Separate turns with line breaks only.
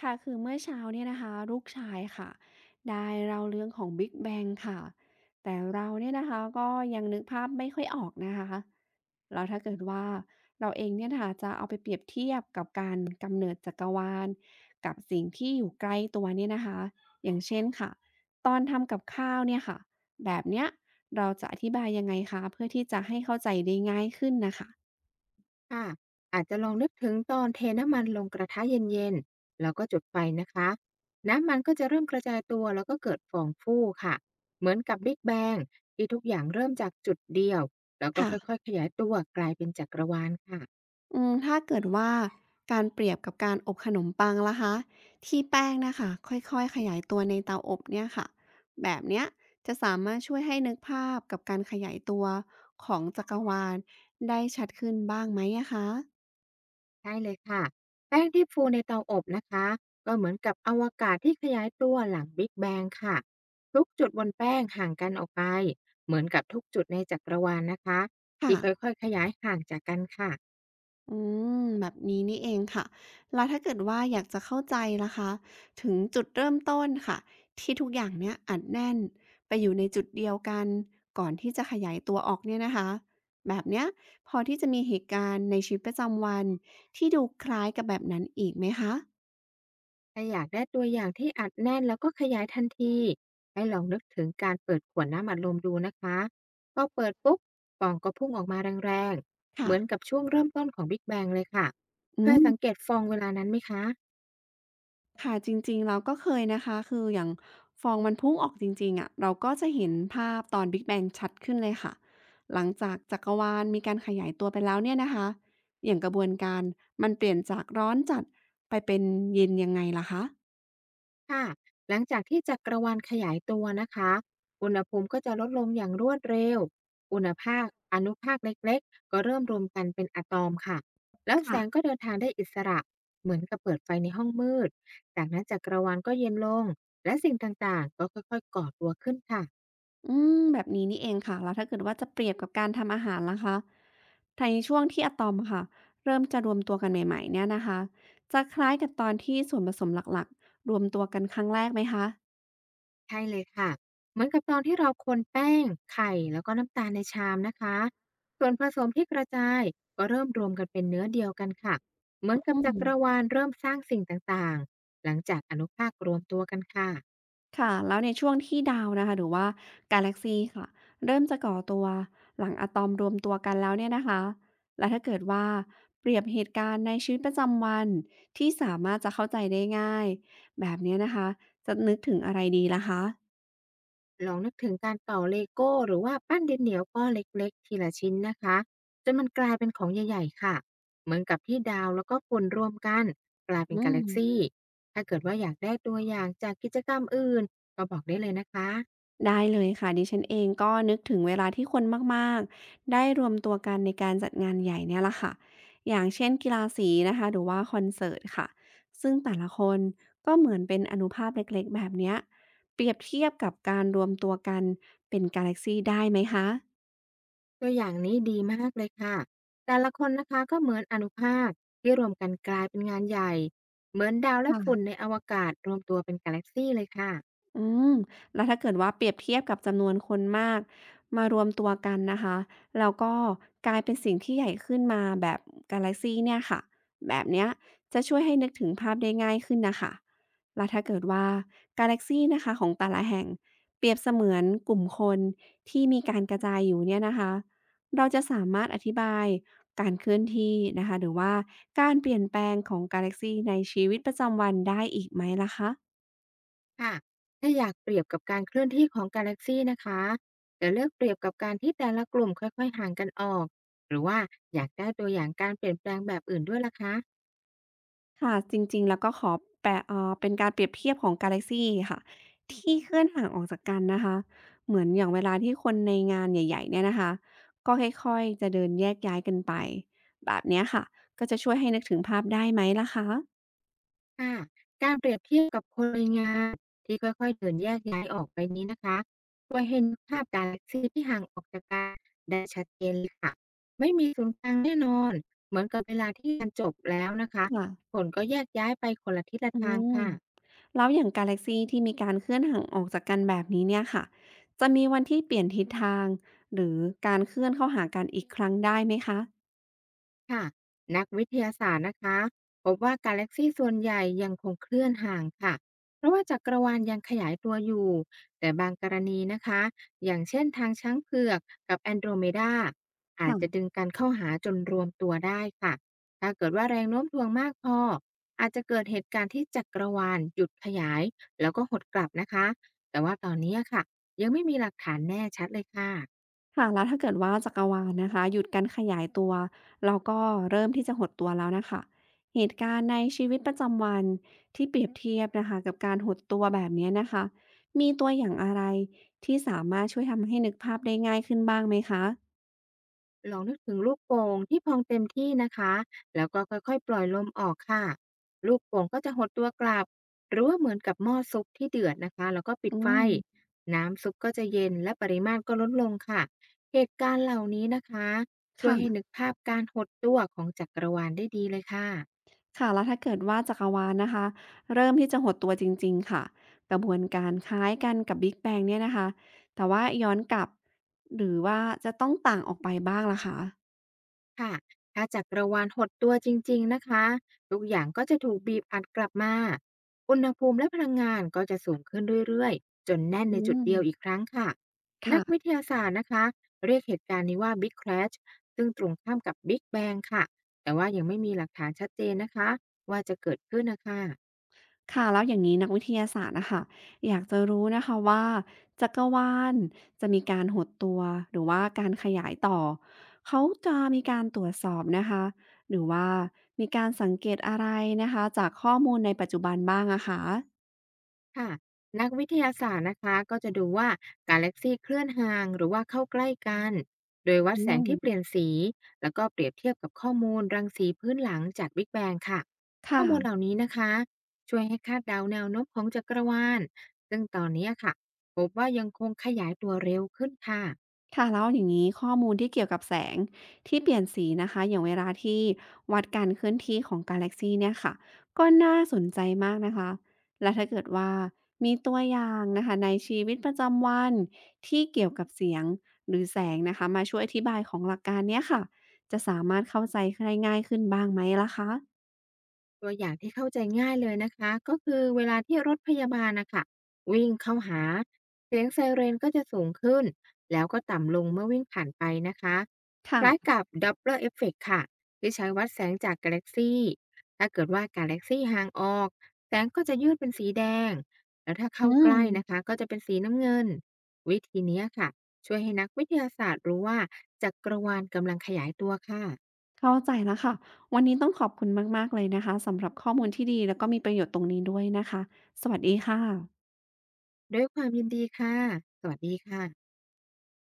ค่ะคือเมื่อเช้าเนี่ยนะคะลูกชายค่ะได้เราเรื่องของ Big Bang ค่ะแต่เราเนี่ยนะคะก็ยังนึกภาพไม่ค่อยออกนะคะแล้วถ้าเกิดว่าเราเองเนี่ยนะคะจะเอาไปเปรียบเทียบกับการกำเนิดจักรวาลกับสิ่งที่อยู่ใกล้ตัวเนี่ยนะคะอย่างเช่นค่ะตอนทำกับข้าวเนี่ยค่ะแบบเนี้ยเราจะอธิบายยังไงคะเพื่อที่จะให้เข้าใจได้ง่ายขึ้นนะคะ
ค่ะอาจจะลองนึกถึงตอนเทน้ำมันลงกระทะเย็นๆแล้วก็จุดไฟนะคะน้ำมันก็จะเริ่มกระจายตัวแล้วก็เกิดฟองฟูค่ะเหมือนกับ Big Bang ที่ทุกอย่างเริ่มจากจุดเดียวแล้วก็ค่
ค่ะ
อยๆขยายตัวกลายเป็นจักรวาลค่ะ
อืมถ้าเกิดว่าการเปรียบกับการอบขนมปังล่ะคะที่แป้งนะค่ะค่อยๆขยายตัวในเตาอบเนี่ยค่ะแบบเนี้ยจะสามารถช่วยให้นึกภาพกับการขยายตัวของจักรวาลได้ชัดขึ้นบ้างไหมอะคะ
ใช่เลยค่ะแป้งที่ฟูในเตาอบนะคะก็เหมือนกับอวกาศที่ขยายตัวหลังบิ๊กแบงค่ะทุกจุดบนแป้งห่างกันออกไปเหมือนกับทุกจุดในจักรวาลนะคะ
ค่ะ
ที่ค่อยๆขยายห่างจากกันค่ะ
อืมแบบนี้นี่เองค่ะแล้วถ้าเกิดว่าอยากจะเข้าใจล่ะคะถึงจุดเริ่มต้นค่ะที่ทุกอย่างเนี้ยอัดแน่นไปอยู่ในจุดเดียวกันก่อนที่จะขยายตัวออกเนี่ยนะคะแบบเนี้ยพอที่จะมีเหตุการณ์ในชีวิตประจำวันที่ดูคล้ายกับแบบนั้นอีกไหมคะ
ถ้าอยากได้ตัวอย่างที่อัดแน่นแล้วก็ขยายทันทีให้ลองนึกถึงการเปิดขวดน้ำอัดลมดูนะคะก็เปิดปุ๊บฟองก็พุ่งออกมาแรงๆเห
ค่ะ
มือนกับช่วงเริ่มต้นของ Big Bang เลยค่ะเค
อื
ย
ม
สังเกตฟองเวลานั้นไหมคะ
ค่ะจริงๆเราก็เคยนะคะคืออย่างฟองมันพุ่งออกจริงๆอะเราก็จะเห็นภาพตอน Big Bang ชัดขึ้นเลยค่ะหลังจากจักรวาลมีการขยายตัวไปแล้วเนี่ยนะคะอย่างกระบวนการมันเปลี่ยนจากร้อนจัดไปเป็นเย็นยังไงล่ะคะ
ค่ะหลังจากที่จักรวาลขยายตัวนะคะ อุณหภูมิก็จะลดลงอย่างรวดเร็ว อุณหภาคอนุภาคเล็กๆก็เริ่มรวมกันเป็นอะตอมค่ะ แล้วแส
ค่ะ
งก็เดินทางได้อิสระ เหมือนกับเปิดไฟในห้องมืดจากนั้นจักรวาลก็เย็นลง และสิ่งต่างๆก็ค่อยๆก่อตัวขึ้นค่ะ
อืมแบบนี้นี่เองค่ะแล้วถ้าเกิดว่าจะเปรียบกับการทำอาหารล่ะคะในช่วงที่อะตอมอะค่ะเริ่มจะรวมตัวกันใหม่ๆเนี่ยนะคะจะคล้ายกับตอนที่ส่วนผสมหลักๆรวมตัวกันครั้งแรกไหมคะ
ใช่เลยค่ะเหมือนกับตอนที่เราคนแป้งไข่แล้วก็น้ำตาลในชามนะคะส่วนผสมที่กระจายก็เริ่มรวมกันเป็นเนื้อเดียวกันค่ะเหมือนกับ
อืม
จักรวาลเริ่มสร้างสิ่งต่างๆหลังจากอนุภาครวมตัวกันค่ะ
ค่ะแล้วในช่วงที่ดาวนะคะหรือว่ากาแล็กซีค่ะเริ่มจะก่อตัวหลังอะตอมรวมตัวกันแล้วเนี่ยนะคะและถ้าเกิดว่าเปรียบเหตุการณ์ในชีวิตประจำวันที่สามารถจะเข้าใจได้ง่ายแบบเนี้ยนะคะจะนึกถึงอะไรดีล่ะคะ
ลองนึกถึงการต่อเลโก้หรือว่าปั้นดินเหนียวก้อนเล็กๆทีละชิ้นนะคะจนมันกลายเป็นของใหญ่ๆค่ะเหมือนกับที่ดาวแล้วก็ฝุ่นรวมกันกลายเป็
อื
นกา
ม
แล็กซี่ถ้าเกิดว่าอยากได้ตัวอย่างจากกิจกรรมอื่นก็บอกได้เลยนะคะ
ได้เลยค่ะดิฉันเองก็นึกถึงเวลาที่คนมาก ๆ ได้รวมตัวกันในการจัดงานใหญ่เนี่ยแหละค่ะอย่างเช่นกีฬาสีนะคะหรือว่าคอนเสิร์ตค่ะซึ่งแต่ละคนก็เหมือนเป็นอนุภาคเล็ก ๆ แบบเนี้ยเปรียบเทียบกับการรวมตัวกันเป็นกาแล็กซีได้ไหมคะ
ตัวอย่างนี้ดีมากเลยค่ะแต่ละคนนะคะก็เหมือนอนุภาคที่รวมกันกลายเป็นงานใหญ่ เหมือนดาว
ค
และฝุ่นใน
่ะ
อวกาศรวมตัวเป็นกาแล็กซีเลยค่ะ
อืมแล้วถ้าเกิดว่าเปรียบเทียบกับจำนวนคนมากมารวมตัวกันนะคะแล้วก็กลายเป็นสิ่งที่ใหญ่ขึ้นมาแบบกาแล็กซีเนี่ยค่ะแบบเนี้ยจะช่วยให้นึกถึงภาพได้ง่ายขึ้นนะคะแล้วถ้าเกิดว่ากาแล็กซีนะคะของแต่ละแห่งเปรียบเสมือนกลุ่มคนที่มีการกระจายอยู่เนี่ยนะคะเราจะสามารถอธิบายการเคลื่อนที่นะคะหรือว่าการเปลี่ยนแปลงของกาแล็กซีในชีวิตประจำวันได้อีกไหมล่ะคะ
ค่ะถ้าอยากเปรียบกับการเคลื่อนที่ของกาแล็กซีนะคะจะเลือกเปรียบกับการที่แต่ละกลุ่มค่อยๆห่างกันออกหรือว่าอยากได้ตัวอย่างการเปลี่ยนแปลงแบบอื่นด้วยล่ะคะ
ค่ะจริงๆแล้วก็ขอแปะเป็นการเปรียบเทียบของกาแล็กซีค่ะที่เคลื่อนห่างออกจากกันนะคะเหมือนอย่างเวลาที่คนในงานใหญ่ๆเนี่ยนะคะก็ค่อยๆจะเดินแยกย้ายกันไปแบบเนี้ยค่ะก็จะช่วยให้นึกถึงภาพได้ไหมล่ะคะ
ค่ะการเปรียบเทียบกับคนในงานที่ค่อยๆเดินแยกย้ายออกไปนี้นะคะก็เห็นภาพกาแล็กซีที่ห่างออกจากกันได้ชัดเจนเลยค่ะ ไม่มีศูนย์กลางแน่นอน เหมือนกับเวลาที่งานจบแล้วนะคะ
ค่ะ
ผลก็แยกย้ายไปคนละทิศละ
อื
ทาง
ม
ค่ะ
แล้วอย่างกาแล็กซีที่มีการเคลื่อนห่างออกจากกันแบบนี้เนี่ยค่ะจะมีวันที่เปลี่ยนทิศทางหรือการเคลื่อนเข้าหากันอีกครั้งได้ไหมคะ
ค่ะนักวิทยาศาสตร์นะคะพบว่ากาแล็กซีส่วนใหญ่ยังคงเคลื่อนห่างค่ะเพราะว่าจักรวาลยังขยายตัวอยู่แต่บางกรณีนะคะอย่างเช่นทางช้างเผือกกับแอนโดรเมดาอาจ
ค่ะ
จะดึงกันเข้าหาจนรวมตัวได้ค่ะถ้าเกิดว่าแรงโน้มถ่วงมากพออาจจะเกิดเหตุการณ์ที่จักรวาลหยุดขยายแล้วก็หดกลับนะคะแต่ว่าตอนนี้ค่ะยังไม่มีหลักฐานแน่ชัดเลยค่ะ
ค่ะแล้วถ้าเกิดว่าจักรวาลนะคะหยุดการขยายตัวแล้วก็เริ่มที่จะหดตัวแล้วนะค่ะเหตุการณ์ในชีวิตประจำวันที่เปรียบเทียบนะคะกับการหดตัวแบบเนี้ยนะคะมีตัวอย่างอะไรที่สามารถช่วยทำให้นึกภาพได้ง่ายขึ้นบ้างไหมคะ
ลองนึกถึงลูกโป่งที่พองเต็มที่นะคะแล้วก็ค่อยๆปล่อยลมออกค่ะลูกโป่งก็จะหดตัวกลับหรือว่าเหมือนกับหม้อซุปที่เดือดนะคะแล้วก็ปิด
อื
ไฟ
ม
น้ำซุปก็จะเย็นและปริมาตรก็ลดลงค่ะ เหตุการณ์เหล่านี้นะคะ ช่วยให้นึ
ค่ะ
กภาพการหดตัวของจักรวาลได้ดีเลยค่ะ
ค่ะแล้วถ้าเกิดว่าจักรวาลนะคะเริ่มที่จะหดตัวจริงๆค่ะกระบวนการคล้ายกันกับ Big Bang เนี่ยนะคะแต่ว่าย้อนกลับหรือว่าจะต้องต่างออกไปบ้างล่ะคะ
ค่ะถ้าจักรวาลหดตัวจริงๆนะคะ ทุกอย่างก็จะถูกบีบอัดกลับมา อุณหภูมิและพลังงานก็จะสูงขึ้นเรื่อยๆ จนแน่น
อื
ในจุด
ม
เดียวอีกครั้งค่ะ นั
ค่ะ
กวิทยาศาสตร์นะคะเรียกเหตุการณ์นี้ว่า Big Crash ซึ่งตรงข้ามกับ Big Bang ค่ะ แต่ว่ายังไม่มีหลักฐานชัดเจนนะคะว่าจะเกิดขึ้นนะคะ
ค่ะแล้วอย่างนี้นักวิทยาศาสตร์อะคะอยากจะรู้นะคะว่าจักรวาลจะมีการหดตัวหรือว่าการขยายต่อเขาจะมีการตรวจสอบนะคะหรือว่ามีการสังเกตอะไรนะคะจากข้อมูลในปัจจุบันบ้างอะคะ
ค่ะนักวิทยาศาสตร์นะคะก็จะดูว่ากาแล็กซีเคลื่อนห่างหรือว่าเข้าใกล้กันโดยวัด
อื
แสงที่เป
ม
ลี่ยนสีแล้วก็เปรียบเทียบกับข้อมูลรังสีพื้นหลังจากบิ๊กแบงค่ะข้อ
ค่ะ
มูลเหล่านี้นะคะช่วยให้คาดเดาแนวโน้มของจักรวาลซึ่งตอนนี้ค่ะพบว่ายังคงขยายตัวเร็วขึ้นค่ะ
ค่ะแล้วอย่างนี้ข้อมูลที่เกี่ยวกับแสงที่เปลี่ยนสีนะคะอย่างเวลาที่วัดการเคลื่อนที่ของกาแล็กซีเนี่ยค่ะก็น่าสนใจมากนะคะและถ้าเกิดว่ามีตัวอย่างนะคะในชีวิตประจำวันที่เกี่ยวกับเสียงหรือแสงนะคะมาช่วยอธิบายของหลักการเนี้ยค่ะจะสามารถเข้าใจได้ง่ายขึ้นบ้างไหมล่ะคะ
ตัวอย่างที่เข้าใจง่ายเลยนะคะก็คือเวลาที่รถพยาบาลนะคะวิ่งเข้าหาเสียงไซเรนก็จะสูงขึ้นแล้วก็ต่ำลงเมื่อวิ่งผ่านไปนะคะคล้าย
ค่ะ
กับ Doppler Effect ค่ะที่ใช้วัดแสงจากกาแล็กซี่ถ้าเกิดว่ากาแล็กซี่ห่างออกแสงก็จะยืดเป็นสีแดงแล้วถ้า
อื
เข้าใก
ม
ล้นะคะก็จะเป็นสีน้ำเงินวิธีเนี้ยค่ะช่วยให้นักวิทยาศาสตร์รู้ว่าจักรวาลกำลังขยายตัวค่ะ
เข้าใจแล้วค่ะวันนี้ต้องขอบคุณมากๆเลยนะคะสำหรับข้อมูลที่ดีแล้วก็มีประโยชน์ตรงนี้ด้วยนะคะสวัสดีค่ะ
ด้วยความยินดีค่ะสวัสดีค่ะ